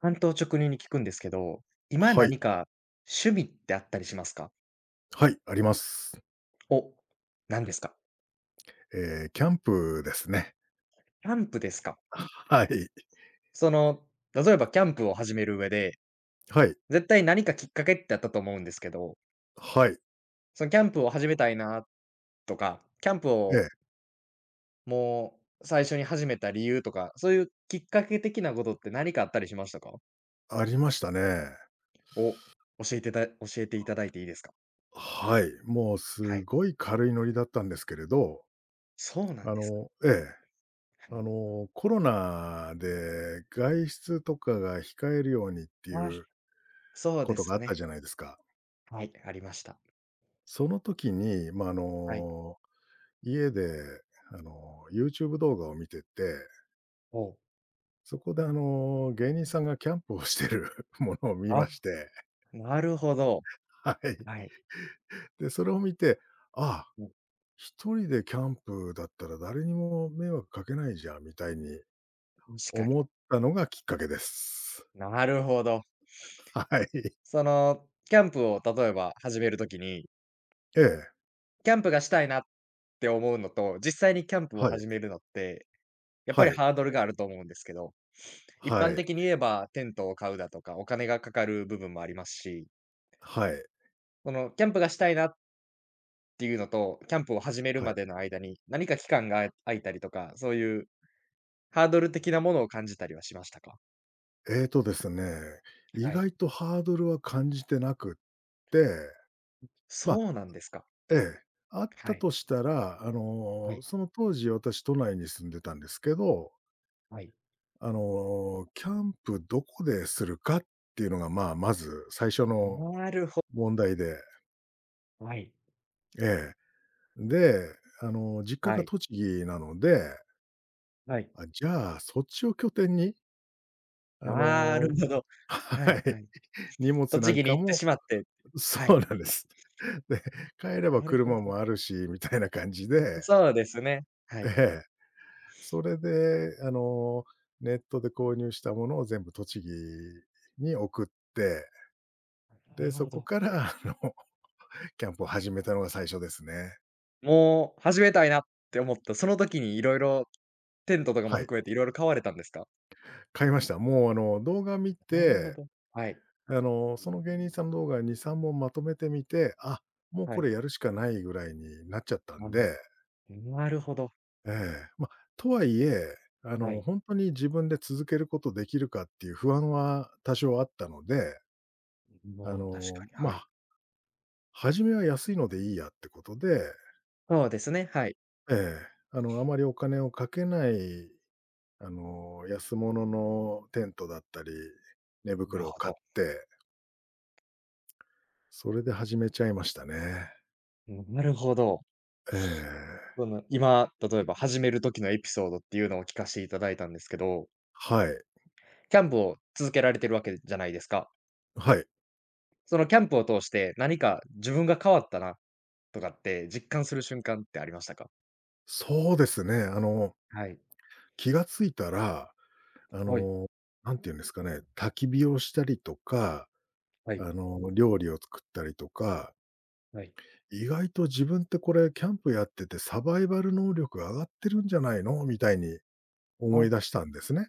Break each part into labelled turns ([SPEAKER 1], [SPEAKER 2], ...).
[SPEAKER 1] 単刀直入に聞くんですけど、今
[SPEAKER 2] はい、
[SPEAKER 1] 何か趣味ってあったりしますか？
[SPEAKER 2] はい、あります。
[SPEAKER 1] お、何ですか？
[SPEAKER 2] キャンプですね。
[SPEAKER 1] キャンプですか？
[SPEAKER 2] はい、
[SPEAKER 1] その、例えばキャンプを始める上で、
[SPEAKER 2] はい、
[SPEAKER 1] 絶対何かきっかけってあったと思うんですけど、
[SPEAKER 2] はい。
[SPEAKER 1] そのキャンプを始めたいなとか、キャンプ
[SPEAKER 2] え
[SPEAKER 1] を
[SPEAKER 2] え、
[SPEAKER 1] もう最初に始めた理由とか、そういうきっかけ的なことって何かあったりしましたか？
[SPEAKER 2] ありましたね。
[SPEAKER 1] お、教えてた教えていただいていいですか？
[SPEAKER 2] はい、もう
[SPEAKER 1] は
[SPEAKER 2] す
[SPEAKER 1] い。
[SPEAKER 2] ごい軽いノリだったんですけれど、
[SPEAKER 1] そうな
[SPEAKER 2] あ
[SPEAKER 1] んですか。
[SPEAKER 2] のええ、
[SPEAKER 1] はい。
[SPEAKER 2] コロナで外出とかが控えるようにってい
[SPEAKER 1] はい。
[SPEAKER 2] う
[SPEAKER 1] そう
[SPEAKER 2] こ
[SPEAKER 1] で
[SPEAKER 2] とが
[SPEAKER 1] す
[SPEAKER 2] あった
[SPEAKER 1] ね。
[SPEAKER 2] じゃないですか。
[SPEAKER 1] はい、ありました。
[SPEAKER 2] その時に、
[SPEAKER 1] はい。
[SPEAKER 2] 家でYouTube 動画を見てて、
[SPEAKER 1] おお。
[SPEAKER 2] そこで芸人さんがキャンプをしてる ものを見
[SPEAKER 1] あ。
[SPEAKER 2] まして、
[SPEAKER 1] なるほど。
[SPEAKER 2] はい。
[SPEAKER 1] はい。
[SPEAKER 2] で、それを見て、ああ、
[SPEAKER 1] うん、
[SPEAKER 2] 一人でキャンプだったら誰にも迷惑かけないじゃんみたいに
[SPEAKER 1] 確か
[SPEAKER 2] 思ったのがきっかけです。
[SPEAKER 1] に。なるほど。
[SPEAKER 2] はい。
[SPEAKER 1] その、キャンプを例えば始めるときに、
[SPEAKER 2] ええ。
[SPEAKER 1] キャンプがしたいなって思うのと、実際にキャンプを
[SPEAKER 2] は
[SPEAKER 1] 始
[SPEAKER 2] い。
[SPEAKER 1] めるのって、やっぱ
[SPEAKER 2] は
[SPEAKER 1] り
[SPEAKER 2] い。
[SPEAKER 1] ハードルがあると思うんですけど、一
[SPEAKER 2] は
[SPEAKER 1] 般
[SPEAKER 2] い。
[SPEAKER 1] 的に言えばテントを買うだとか、お金がかかる部分もありますし、
[SPEAKER 2] はい。
[SPEAKER 1] そのキャンプがしたいなっていうのと、キャンプを始める
[SPEAKER 2] はい。
[SPEAKER 1] までの間に、何か期間が空いたりとか、そういうハードル的なものを感じたりはしましたか？
[SPEAKER 2] えっとですね、意
[SPEAKER 1] はい。
[SPEAKER 2] 外とハードルは感じてなくって、まあ、
[SPEAKER 1] そうなんですか。
[SPEAKER 2] ええ、あっ
[SPEAKER 1] は
[SPEAKER 2] た
[SPEAKER 1] い。
[SPEAKER 2] としたら、
[SPEAKER 1] はい。
[SPEAKER 2] その当時私都内に住んでたんですけど、
[SPEAKER 1] はい。
[SPEAKER 2] キャンプどこでするかっていうのが、まあ、まず最初の
[SPEAKER 1] なるほ
[SPEAKER 2] 問題で、
[SPEAKER 1] はい、
[SPEAKER 2] ええ。で、実家
[SPEAKER 1] は
[SPEAKER 2] が
[SPEAKER 1] い、
[SPEAKER 2] 栃木なので、
[SPEAKER 1] はい。
[SPEAKER 2] あ、じゃあ、そっちを拠点に、あ
[SPEAKER 1] な
[SPEAKER 2] の
[SPEAKER 1] るほど。は
[SPEAKER 2] は
[SPEAKER 1] い
[SPEAKER 2] い、
[SPEAKER 1] はい。
[SPEAKER 2] 荷物な
[SPEAKER 1] 栃
[SPEAKER 2] ん
[SPEAKER 1] 木に
[SPEAKER 2] か
[SPEAKER 1] 行って
[SPEAKER 2] も
[SPEAKER 1] しまっては
[SPEAKER 2] そう
[SPEAKER 1] い。
[SPEAKER 2] なんです。で、帰れば
[SPEAKER 1] なるほ
[SPEAKER 2] 車
[SPEAKER 1] ど。
[SPEAKER 2] もあるしみたいな感じで、
[SPEAKER 1] そうですね。は
[SPEAKER 2] え
[SPEAKER 1] い。
[SPEAKER 2] え、それで、ネットで購入したものを全部栃木に送って、
[SPEAKER 1] な
[SPEAKER 2] で、
[SPEAKER 1] る
[SPEAKER 2] そ
[SPEAKER 1] ほ
[SPEAKER 2] こ
[SPEAKER 1] ど。
[SPEAKER 2] から、キャンプを始めたのが最初ですね。
[SPEAKER 1] もう始めたいなって思った、その時にいろいろテントとかも
[SPEAKER 2] はい。
[SPEAKER 1] 含めていろいろ買われたんですか？
[SPEAKER 2] 買いました。もう動画見
[SPEAKER 1] なるほ
[SPEAKER 2] て、
[SPEAKER 1] ど。はい、
[SPEAKER 2] その芸人さんの動画2、3本まとめてみて、あ、もう
[SPEAKER 1] は
[SPEAKER 2] こ
[SPEAKER 1] い。
[SPEAKER 2] れやるしかないぐらいになっちゃった
[SPEAKER 1] あ
[SPEAKER 2] ん
[SPEAKER 1] の、
[SPEAKER 2] で、
[SPEAKER 1] なるほど。
[SPEAKER 2] ええ、ま、とはいえ、
[SPEAKER 1] はい。
[SPEAKER 2] ほんとに自分で続けることできるかっていう不安は多少あったので、あ
[SPEAKER 1] もう確か
[SPEAKER 2] の、
[SPEAKER 1] に、はい。
[SPEAKER 2] ま、初めは安いのでいいやってことで、
[SPEAKER 1] そうですね、はい。
[SPEAKER 2] ええ、あまりお金をかけない安物のテントだったり、寝
[SPEAKER 1] なる
[SPEAKER 2] 袋を
[SPEAKER 1] ほ
[SPEAKER 2] 買っ
[SPEAKER 1] ど。
[SPEAKER 2] て、それで始めちゃいましたね。
[SPEAKER 1] なるほど。
[SPEAKER 2] え
[SPEAKER 1] そ
[SPEAKER 2] え。
[SPEAKER 1] の、今、例えば始める時のエピソードっていうのを聞かしていただいたんですけど
[SPEAKER 2] はい。
[SPEAKER 1] キャンプを続けられてるわけじゃないですか。
[SPEAKER 2] はい。
[SPEAKER 1] そのキャンプを通して何か自分が変わったなとかって実感する瞬間ってありましたか？
[SPEAKER 2] そうですね。
[SPEAKER 1] はい。
[SPEAKER 2] 気がついたら、あ
[SPEAKER 1] はい。
[SPEAKER 2] の、なんて言うんですかね、焚き火をしたりとか、
[SPEAKER 1] はい。
[SPEAKER 2] 料理を作ったりとか、
[SPEAKER 1] はい。
[SPEAKER 2] 意外と自分ってこれキャンプやっててサバイバル能力上がってるんじゃないのみたいに思
[SPEAKER 1] あ、
[SPEAKER 2] い出したんですね。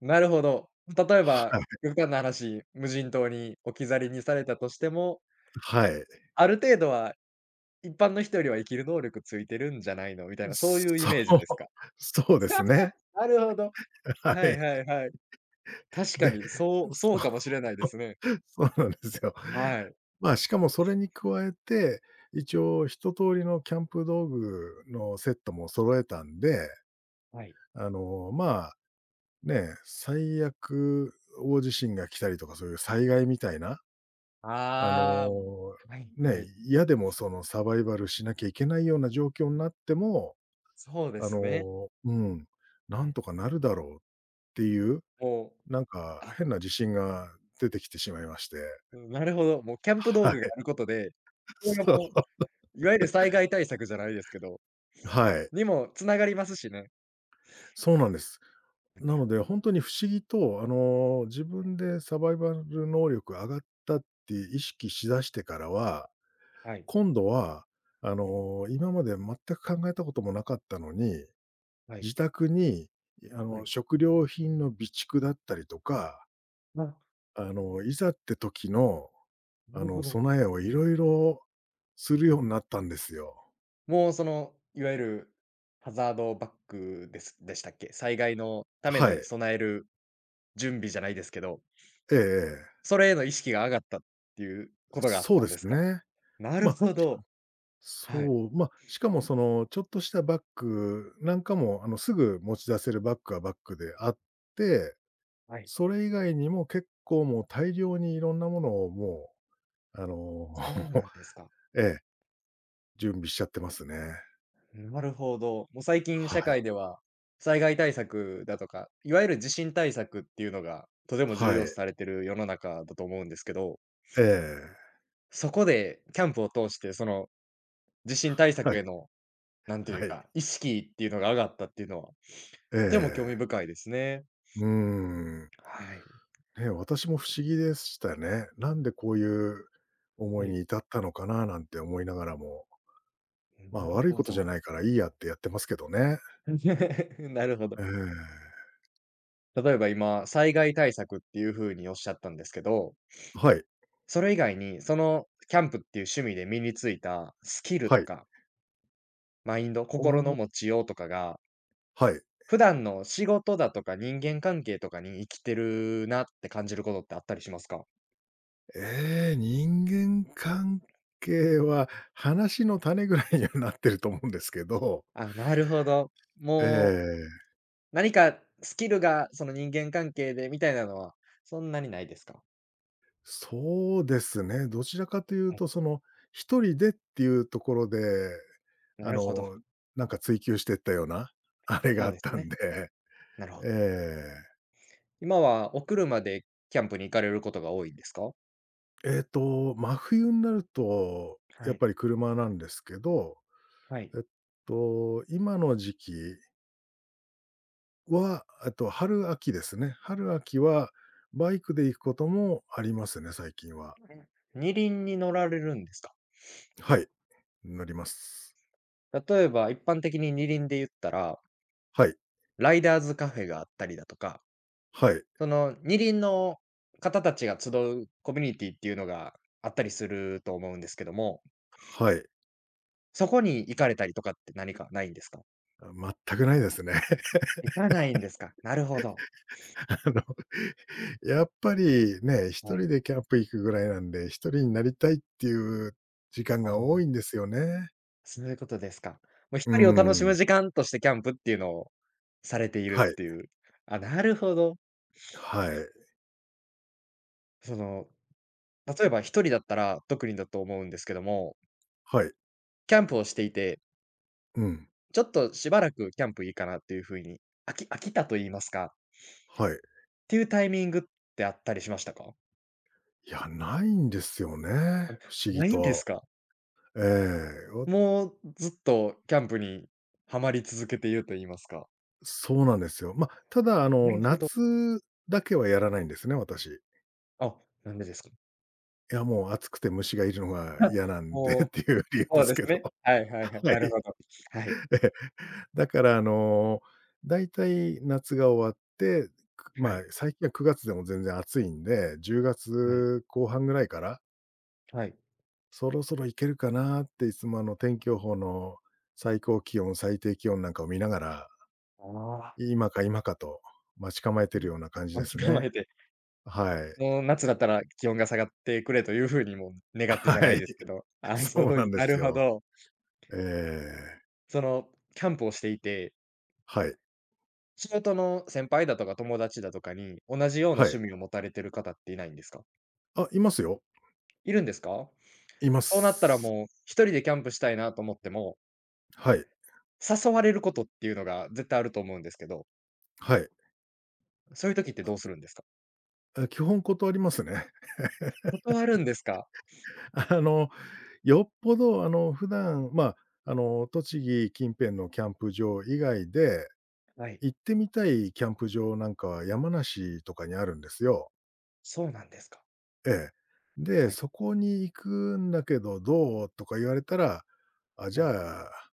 [SPEAKER 1] なるほど。例えば、
[SPEAKER 2] はい。
[SPEAKER 1] 極端な話、無人島に置き去りにされたとしても、
[SPEAKER 2] はい。
[SPEAKER 1] ある程度は一般の人よりは生きる能力ついてるんじゃないのみたいな、そういうイ
[SPEAKER 2] そ
[SPEAKER 1] メージ
[SPEAKER 2] う、
[SPEAKER 1] ですか？
[SPEAKER 2] そうですね。
[SPEAKER 1] なるほど。
[SPEAKER 2] は
[SPEAKER 1] はい
[SPEAKER 2] い。
[SPEAKER 1] はいはい。確か
[SPEAKER 2] で、
[SPEAKER 1] にそうかも
[SPEAKER 2] そ
[SPEAKER 1] しれないですね。
[SPEAKER 2] う そうなんですよ。
[SPEAKER 1] はい。
[SPEAKER 2] まあ、しかもそれに加えて、一応一通りのキャンプ道具のセットも揃えたんで、
[SPEAKER 1] はい。
[SPEAKER 2] まあ、ね、最悪大地震が来たりとかそういう災害みたいな、あ
[SPEAKER 1] ああ、
[SPEAKER 2] の、
[SPEAKER 1] はい。
[SPEAKER 2] ね、
[SPEAKER 1] はい。
[SPEAKER 2] 嫌でもそのサバイバルしなきゃいけないような状況になっても、
[SPEAKER 1] そうで
[SPEAKER 2] あ
[SPEAKER 1] すね。
[SPEAKER 2] の、うん、
[SPEAKER 1] は
[SPEAKER 2] なん
[SPEAKER 1] い。
[SPEAKER 2] とかなるだろうっていう、
[SPEAKER 1] もう、
[SPEAKER 2] なんか
[SPEAKER 1] あ、
[SPEAKER 2] 変な自信が出てきてしまいまして。
[SPEAKER 1] なるほど、もうキャンプ道
[SPEAKER 2] は
[SPEAKER 1] 具が
[SPEAKER 2] い。
[SPEAKER 1] あることで、それが
[SPEAKER 2] そう。
[SPEAKER 1] もう、いわゆる災害対策じゃないですけど、
[SPEAKER 2] はい。
[SPEAKER 1] にもつながりますしね。
[SPEAKER 2] そうなんです。なので、本当に不思議と、自分でサバイバル能力上がったって意識しだしてからは、
[SPEAKER 1] はい。
[SPEAKER 2] 今度は、今まで全く考えたこともなかったのに、
[SPEAKER 1] はい。
[SPEAKER 2] 自宅に、
[SPEAKER 1] はい。
[SPEAKER 2] 食料品の備蓄だったりとか、
[SPEAKER 1] あ、
[SPEAKER 2] いざって時の、
[SPEAKER 1] なるほど。
[SPEAKER 2] 備えをいろいろするようになったんですよ。
[SPEAKER 1] もうその、いわゆるハザードバッグですでしたっけ？災害のため
[SPEAKER 2] は
[SPEAKER 1] に
[SPEAKER 2] い。
[SPEAKER 1] 備える準備じゃないですけど、
[SPEAKER 2] ええええ。
[SPEAKER 1] それへの意識が上がったっていうことがあっ
[SPEAKER 2] そう
[SPEAKER 1] た
[SPEAKER 2] で
[SPEAKER 1] んで
[SPEAKER 2] す
[SPEAKER 1] すか？
[SPEAKER 2] ね。
[SPEAKER 1] なる
[SPEAKER 2] まあ、
[SPEAKER 1] ほど。はい。
[SPEAKER 2] そう、まあ、しかもその、ちょっとしたバッグなんかも、すぐ持ち出せるバッグはバッグであって、
[SPEAKER 1] はい。
[SPEAKER 2] それ以外にも結構もう大量にいろんなものをもう、あの、
[SPEAKER 1] そうなん ですか。
[SPEAKER 2] ええ、準備しちゃってますね。
[SPEAKER 1] なるほど。もう最近
[SPEAKER 2] は
[SPEAKER 1] 社
[SPEAKER 2] い。
[SPEAKER 1] 会では、災害対策だとか、いわゆる地震対策っていうのが、とても重
[SPEAKER 2] は
[SPEAKER 1] 要視
[SPEAKER 2] い。
[SPEAKER 1] されてる世の中だと思うんですけど、
[SPEAKER 2] ええ。
[SPEAKER 1] そこでキャンプを通して、その地震対
[SPEAKER 2] は
[SPEAKER 1] 策
[SPEAKER 2] い、
[SPEAKER 1] への、なんという
[SPEAKER 2] はい。
[SPEAKER 1] か、意識っていうのが上がったっていうのは、
[SPEAKER 2] え
[SPEAKER 1] とても興味
[SPEAKER 2] え。
[SPEAKER 1] 深いですね。
[SPEAKER 2] うーん。
[SPEAKER 1] はい。
[SPEAKER 2] ね、私も不思議でしたね。なんでこういう思
[SPEAKER 1] は
[SPEAKER 2] い
[SPEAKER 1] い。
[SPEAKER 2] に至ったのかななんて思いながらも、ま
[SPEAKER 1] な
[SPEAKER 2] あ、
[SPEAKER 1] る
[SPEAKER 2] 悪い
[SPEAKER 1] ほ
[SPEAKER 2] こと
[SPEAKER 1] ど。
[SPEAKER 2] じゃないからいいやってやってますけどね。
[SPEAKER 1] なるほど。
[SPEAKER 2] ええ、
[SPEAKER 1] 例えば今、災害対策っていうふうにおっしゃったんですけど、
[SPEAKER 2] はい、
[SPEAKER 1] それ以外に、そのキャンプっていう趣味で身についたスキル
[SPEAKER 2] は
[SPEAKER 1] と
[SPEAKER 2] い。
[SPEAKER 1] かマインド、
[SPEAKER 2] お
[SPEAKER 1] 心の
[SPEAKER 2] お、
[SPEAKER 1] 持ちようとかが、
[SPEAKER 2] はい。
[SPEAKER 1] 普段の仕事だとか人間関係とかに生きてるなって感じることってあったりしますか？
[SPEAKER 2] ええ、人間関係は話の種ぐらいにはなってると思うんですけど、
[SPEAKER 1] あ、なるほど。
[SPEAKER 2] え
[SPEAKER 1] もう、
[SPEAKER 2] え、
[SPEAKER 1] 何かスキルがその人間関係でみたいなのは、そんなにないですか？
[SPEAKER 2] そうですね、どちらかという
[SPEAKER 1] はい、
[SPEAKER 2] とその、一人でっていうところで、
[SPEAKER 1] な
[SPEAKER 2] あ
[SPEAKER 1] るほど。
[SPEAKER 2] の、なんか追求してったような、あれが
[SPEAKER 1] そ
[SPEAKER 2] あ
[SPEAKER 1] う
[SPEAKER 2] っ
[SPEAKER 1] です
[SPEAKER 2] たん
[SPEAKER 1] ね。
[SPEAKER 2] で、
[SPEAKER 1] なるほ
[SPEAKER 2] え
[SPEAKER 1] ど。
[SPEAKER 2] え。
[SPEAKER 1] 今はお車でキャンプに行かれることが多いんですか？
[SPEAKER 2] 真冬になると、や
[SPEAKER 1] は
[SPEAKER 2] っ
[SPEAKER 1] い、
[SPEAKER 2] ぱり車なんですけど、
[SPEAKER 1] はい。
[SPEAKER 2] えっ今の時期は、春秋ですね。春秋はバイクで行くこともありますね、最近は。
[SPEAKER 1] 二輪に乗られるんですか？
[SPEAKER 2] はい、乗ります。
[SPEAKER 1] 例えば一般的に二輪で言ったら、
[SPEAKER 2] はい、
[SPEAKER 1] ライダーズカフェがあったりだとか
[SPEAKER 2] はい、
[SPEAKER 1] その、二輪の方たちが集うコミュニティっていうのがあったりすると思うんですけども、
[SPEAKER 2] はい。
[SPEAKER 1] そこに行かれたりとかって何かないんですか？
[SPEAKER 2] あ、全くないですね。
[SPEAKER 1] 行かないんですか。なるほど。
[SPEAKER 2] あの、やっぱりね、一
[SPEAKER 1] はい。
[SPEAKER 2] 人でキャンプ行くぐらいなんで、一人になりたいっていう時間
[SPEAKER 1] あ
[SPEAKER 2] が多
[SPEAKER 1] ー
[SPEAKER 2] いんですよね。
[SPEAKER 1] そういうことですか。もう一
[SPEAKER 2] うー
[SPEAKER 1] 人を楽しむ
[SPEAKER 2] ん。
[SPEAKER 1] 時間としてキャンプっていうのをされている
[SPEAKER 2] は
[SPEAKER 1] っ
[SPEAKER 2] い、
[SPEAKER 1] ていう。あ、なるほど。
[SPEAKER 2] はい、
[SPEAKER 1] その、例えば一人だったら特にだと思うんですけども、
[SPEAKER 2] はい、
[SPEAKER 1] キャンプをしていて、
[SPEAKER 2] うん、
[SPEAKER 1] ちょっとしばらくキャンプいいかなっていう風に、飽きたと言いますか、っ
[SPEAKER 2] はい。
[SPEAKER 1] ていうタイミングってあったりしましたか？
[SPEAKER 2] いや、ないんですよね、不思議
[SPEAKER 1] ないんです
[SPEAKER 2] と。
[SPEAKER 1] か？
[SPEAKER 2] ええ、
[SPEAKER 1] もうずっとキャンプにはまり続けていると言いますか。
[SPEAKER 2] そうなんですよ。まあ、ただ、
[SPEAKER 1] なるほど。
[SPEAKER 2] 夏だけはやらないんですね、私。
[SPEAKER 1] あ、なんでですか？
[SPEAKER 2] いや、もう暑くて虫がいるのが
[SPEAKER 1] あ
[SPEAKER 2] 嫌なんで
[SPEAKER 1] も
[SPEAKER 2] っ
[SPEAKER 1] う、
[SPEAKER 2] ていう理由で
[SPEAKER 1] そう
[SPEAKER 2] す
[SPEAKER 1] で
[SPEAKER 2] け
[SPEAKER 1] す
[SPEAKER 2] ど。
[SPEAKER 1] ね。はいはいは い。
[SPEAKER 2] は
[SPEAKER 1] なる
[SPEAKER 2] い。
[SPEAKER 1] ほど。はい。
[SPEAKER 2] えだから、だいたい夏が終わって、く
[SPEAKER 1] は
[SPEAKER 2] まあ、
[SPEAKER 1] い。
[SPEAKER 2] 最近は9月でも全然暑いんで、10
[SPEAKER 1] はい。
[SPEAKER 2] 月後半ぐらいから、
[SPEAKER 1] はい。
[SPEAKER 2] そろそろいけるかなっていつも、天気予報の最高気温、最低気温なんかを見ながら、
[SPEAKER 1] ああ、
[SPEAKER 2] 今か今かと待ち構えてる
[SPEAKER 1] い
[SPEAKER 2] ような感じで
[SPEAKER 1] 待ち
[SPEAKER 2] す
[SPEAKER 1] 構
[SPEAKER 2] ね。
[SPEAKER 1] えて、
[SPEAKER 2] はい。
[SPEAKER 1] もう夏だったら気温が下がってくれという風にも 願って
[SPEAKER 2] は
[SPEAKER 1] じゃない
[SPEAKER 2] い。
[SPEAKER 1] ですけど、ああ、
[SPEAKER 2] そ
[SPEAKER 1] そ
[SPEAKER 2] う
[SPEAKER 1] う
[SPEAKER 2] な
[SPEAKER 1] いう
[SPEAKER 2] んで
[SPEAKER 1] な
[SPEAKER 2] す
[SPEAKER 1] るほ
[SPEAKER 2] よ。
[SPEAKER 1] ど。
[SPEAKER 2] ええ、
[SPEAKER 1] そのキャンプをしていて、
[SPEAKER 2] はい、
[SPEAKER 1] 仕事の先輩だとか友達だとかに、同じような
[SPEAKER 2] はい。
[SPEAKER 1] 趣味を持たれてる方っていないんですか？
[SPEAKER 2] あ、いますよ。
[SPEAKER 1] いるんですか？
[SPEAKER 2] いま
[SPEAKER 1] そうなったら
[SPEAKER 2] す。
[SPEAKER 1] もう、一人でキャンプしたいなと思っても、
[SPEAKER 2] はい、
[SPEAKER 1] 誘われることっていうのが絶対あると思うんですけど、
[SPEAKER 2] はい。
[SPEAKER 1] そういう時ってどうするんですか？
[SPEAKER 2] あ、基本断りますね。
[SPEAKER 1] 断るんですか？
[SPEAKER 2] あの、よっぽど普段、まあ、栃木近辺のキャンプ場以外で、
[SPEAKER 1] はい。
[SPEAKER 2] 行ってみたいキャンプ場なんかは山梨とかにあるんですよ。
[SPEAKER 1] そうなんですか。
[SPEAKER 2] ええ。で、
[SPEAKER 1] はい、
[SPEAKER 2] そこに行くんだけど、どう？とか言われたら、あ、じ
[SPEAKER 1] はい。
[SPEAKER 2] ゃあ、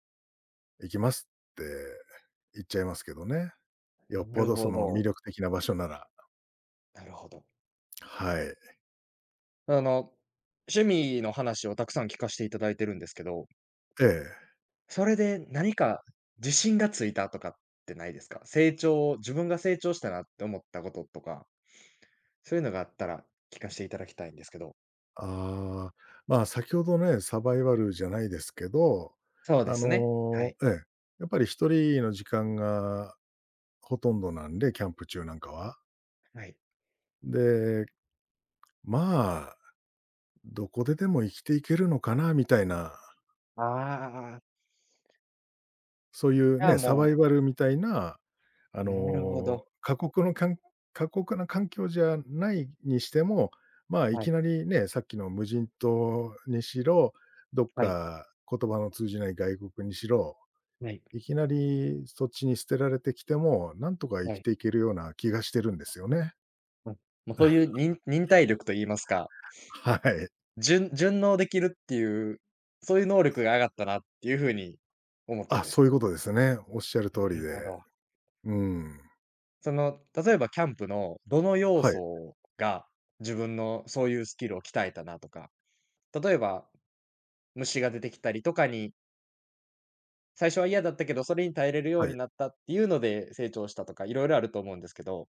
[SPEAKER 2] 行きますって言っちゃいますけどね。よっ
[SPEAKER 1] な
[SPEAKER 2] ぽ
[SPEAKER 1] る
[SPEAKER 2] どそ
[SPEAKER 1] ほ
[SPEAKER 2] の魅
[SPEAKER 1] ど、
[SPEAKER 2] 力的な場所なら、
[SPEAKER 1] なるほど。
[SPEAKER 2] はい。
[SPEAKER 1] あの、趣味の話をたくさん聞かしていただいてるんですけど、
[SPEAKER 2] ええ。
[SPEAKER 1] それで何か自信がついたとかってないですか？自分が成長したなって思ったこととか、そういうのがあったら聞かしていただきたいんですけど。
[SPEAKER 2] ああ、まあ、先ほどね、サバイバルじゃないですけど、
[SPEAKER 1] そうで
[SPEAKER 2] あ
[SPEAKER 1] すね。は
[SPEAKER 2] の、
[SPEAKER 1] い、
[SPEAKER 2] ええ、やっぱり一人の時間がほとんどなんで、キャンプ中なんかは。
[SPEAKER 1] はい。
[SPEAKER 2] で、まあ、どこででも生きていけるのかなみたいな
[SPEAKER 1] ああ。
[SPEAKER 2] そういう
[SPEAKER 1] じゃあ、
[SPEAKER 2] ね、サバイ
[SPEAKER 1] も
[SPEAKER 2] バルみたいな、あ
[SPEAKER 1] うなるほ
[SPEAKER 2] の、
[SPEAKER 1] ど。
[SPEAKER 2] 過酷のかん過酷な環境じゃないにしても、まあ、い
[SPEAKER 1] は
[SPEAKER 2] き
[SPEAKER 1] い、
[SPEAKER 2] なりね、さっきの無人島にしろ、どっ
[SPEAKER 1] はい、
[SPEAKER 2] か言葉の通じない外国にしろ、
[SPEAKER 1] はい、
[SPEAKER 2] いきなりそっちに捨てられてきても、なんとか生
[SPEAKER 1] は
[SPEAKER 2] き
[SPEAKER 1] い、
[SPEAKER 2] ていけるような気がしてるんですよね。
[SPEAKER 1] うんもうそういう忍耐力と言いますか、
[SPEAKER 2] はい。
[SPEAKER 1] 順応できるっていう、そういう能力が上がったなっていう風に思ったん
[SPEAKER 2] あ、
[SPEAKER 1] です
[SPEAKER 2] そういう
[SPEAKER 1] か？
[SPEAKER 2] ことですね。おっしゃる
[SPEAKER 1] な
[SPEAKER 2] 通り
[SPEAKER 1] る
[SPEAKER 2] で。
[SPEAKER 1] ほど。
[SPEAKER 2] うん。
[SPEAKER 1] その、例えばキャンプのどの要
[SPEAKER 2] はい、
[SPEAKER 1] 素が自分のそういうスキルを鍛えたなとか、例えば虫が出てきたりとかに、最初は嫌だったけど、それに耐えれるよ
[SPEAKER 2] は
[SPEAKER 1] うに
[SPEAKER 2] い。
[SPEAKER 1] なったっていうので成長したとか、いろいろあると思うんですけど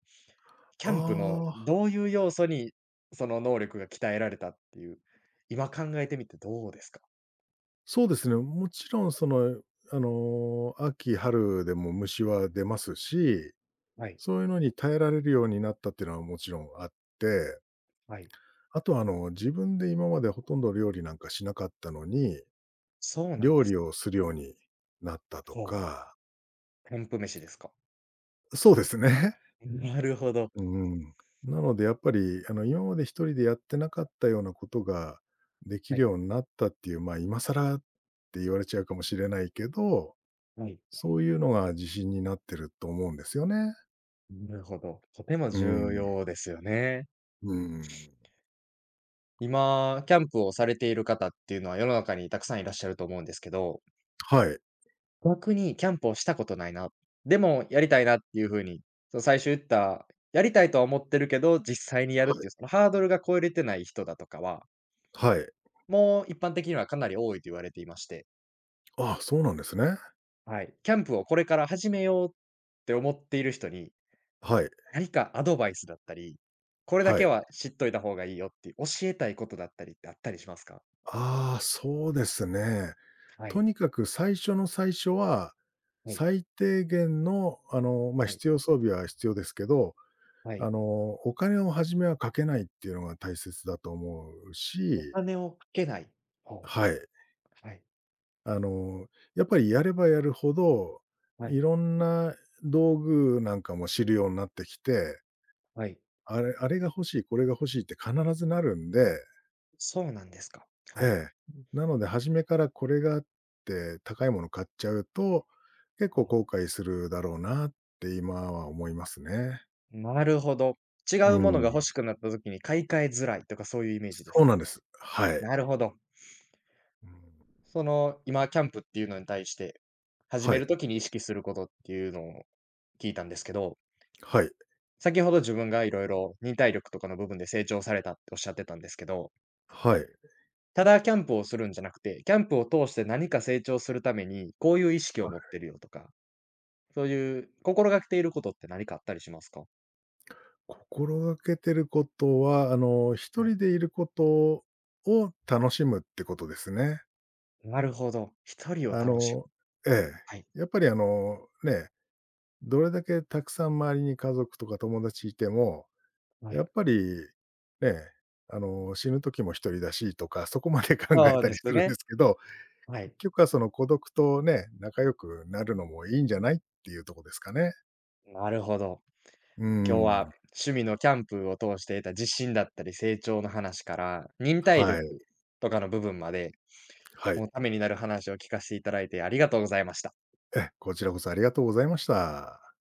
[SPEAKER 1] キャンプの
[SPEAKER 2] ああ。
[SPEAKER 1] どういう要素に、その能力が鍛えられたっていう、今考えてみてどうですか？
[SPEAKER 2] そうですね。もちろんその、秋春でも虫は出ますし、
[SPEAKER 1] はい、
[SPEAKER 2] そういうのに耐えられるようになったっていうのはもちろんあって、
[SPEAKER 1] はい。
[SPEAKER 2] あとは、自分で今までほとんど料理なんかしなかったのに、
[SPEAKER 1] そうなん
[SPEAKER 2] 料
[SPEAKER 1] です
[SPEAKER 2] 理
[SPEAKER 1] か。
[SPEAKER 2] をするようになったと
[SPEAKER 1] そ
[SPEAKER 2] か、
[SPEAKER 1] う。キャンプ飯ですか。
[SPEAKER 2] そうですね。
[SPEAKER 1] なるほど。
[SPEAKER 2] うん。なのでやっぱり、今まで一人でやってなかったようなことができ
[SPEAKER 1] は
[SPEAKER 2] る
[SPEAKER 1] い、
[SPEAKER 2] ようになったっていう、まあ、今更って言われちゃうかもしれないけど、
[SPEAKER 1] はい。
[SPEAKER 2] そういうのが自信になってると思うんですよね。
[SPEAKER 1] なるほど。とても
[SPEAKER 2] う
[SPEAKER 1] 重
[SPEAKER 2] ん。
[SPEAKER 1] 要ですよね。
[SPEAKER 2] うん。
[SPEAKER 1] 今、キャンプをされている方っていうのは世の中にたくさんいらっしゃると思うんですけど、
[SPEAKER 2] はい。
[SPEAKER 1] 逆にキャンプをしたことないな、でもやりたいなっていう風に、その最初言った、やりたいとは思ってるけど、実際にやる
[SPEAKER 2] は
[SPEAKER 1] っていう
[SPEAKER 2] い。
[SPEAKER 1] そのハードルが超えれてない人だとかは
[SPEAKER 2] はい。
[SPEAKER 1] もう一般的にはかなり多いと言われていまして、
[SPEAKER 2] あ、そうなんですね。
[SPEAKER 1] はい。キャンプをこれから始めようって思っている人に、
[SPEAKER 2] はい。
[SPEAKER 1] 何かアドバイスだったり、これだ
[SPEAKER 2] は
[SPEAKER 1] け
[SPEAKER 2] い。
[SPEAKER 1] は知っといた方がいいよって教えたいことだったりってあったりしますか？
[SPEAKER 2] ああ、そうですね。
[SPEAKER 1] は
[SPEAKER 2] と
[SPEAKER 1] い、
[SPEAKER 2] にかく最初の最初は、
[SPEAKER 1] はい、
[SPEAKER 2] 最低限のまあ、
[SPEAKER 1] はい。
[SPEAKER 2] 必要装備は必要ですけど、
[SPEAKER 1] はい。
[SPEAKER 2] あの、お金を初めはかけないっていうのが大切だと思う
[SPEAKER 1] お
[SPEAKER 2] し、
[SPEAKER 1] 金をかけない。ほ
[SPEAKER 2] はい。
[SPEAKER 1] う、はい、
[SPEAKER 2] あの、やっぱりやればやるほど、
[SPEAKER 1] は
[SPEAKER 2] い
[SPEAKER 1] い、
[SPEAKER 2] ろんな道具なんかも知るようになってきて、
[SPEAKER 1] はい。
[SPEAKER 2] あれが欲しい、これが欲しいって必ずなるんで、
[SPEAKER 1] そうなんですか。
[SPEAKER 2] え
[SPEAKER 1] はい。
[SPEAKER 2] え。なので初めからこれがあって高いもの買っちゃうと、結構後
[SPEAKER 1] お
[SPEAKER 2] 悔するだろうなって今は思いますね。
[SPEAKER 1] なるほど。違
[SPEAKER 2] う
[SPEAKER 1] うものが欲
[SPEAKER 2] ん。
[SPEAKER 1] しくなった時に買い替えづらいとかそういうイメージです
[SPEAKER 2] そう
[SPEAKER 1] か？
[SPEAKER 2] なんです。はい。
[SPEAKER 1] なるほど。
[SPEAKER 2] うん。
[SPEAKER 1] その、今キャンプっていうのに対して、始
[SPEAKER 2] は
[SPEAKER 1] め
[SPEAKER 2] い、
[SPEAKER 1] るときに意識することっていうのを聞いたんですけど、
[SPEAKER 2] はい、
[SPEAKER 1] 先ほど自分がいろいろ忍耐力とかの部分で成長されたっておっしゃってたんですけど、
[SPEAKER 2] はい。はい。
[SPEAKER 1] ただキャンプをするんじゃなくて、キャンプを通して何か成長するために、こういう意識を持ってるよとか、そういう心がけていることって何かあったりしますか？
[SPEAKER 2] 心がけてることは、一
[SPEAKER 1] はい。
[SPEAKER 2] 人でいることを楽しむってことですね。
[SPEAKER 1] なるほど。一人を
[SPEAKER 2] あ
[SPEAKER 1] 楽し
[SPEAKER 2] の
[SPEAKER 1] む。
[SPEAKER 2] え
[SPEAKER 1] はい。
[SPEAKER 2] やっぱりね、どれだけたくさん周りに家族とか友達いても、
[SPEAKER 1] は
[SPEAKER 2] や
[SPEAKER 1] い。
[SPEAKER 2] っぱり、ね、死ぬ時も一人だしとか、そこまで 考え
[SPEAKER 1] そう
[SPEAKER 2] た
[SPEAKER 1] で
[SPEAKER 2] り
[SPEAKER 1] す
[SPEAKER 2] するん
[SPEAKER 1] ね。
[SPEAKER 2] ですけど、
[SPEAKER 1] はい。
[SPEAKER 2] 結局はその孤独とね、仲良くなるのもいいんじゃないっていうとこですかね。
[SPEAKER 1] なるほど。
[SPEAKER 2] う
[SPEAKER 1] 今日は
[SPEAKER 2] ん。
[SPEAKER 1] 趣味のキャンプを通して得た自信だったり成長の話から、忍耐力
[SPEAKER 2] はい、
[SPEAKER 1] とかの部分まで、
[SPEAKER 2] はい。
[SPEAKER 1] もうためになる話を聞かせていただいてありがとうございました。
[SPEAKER 2] ええ、こちらこそありがとうございました。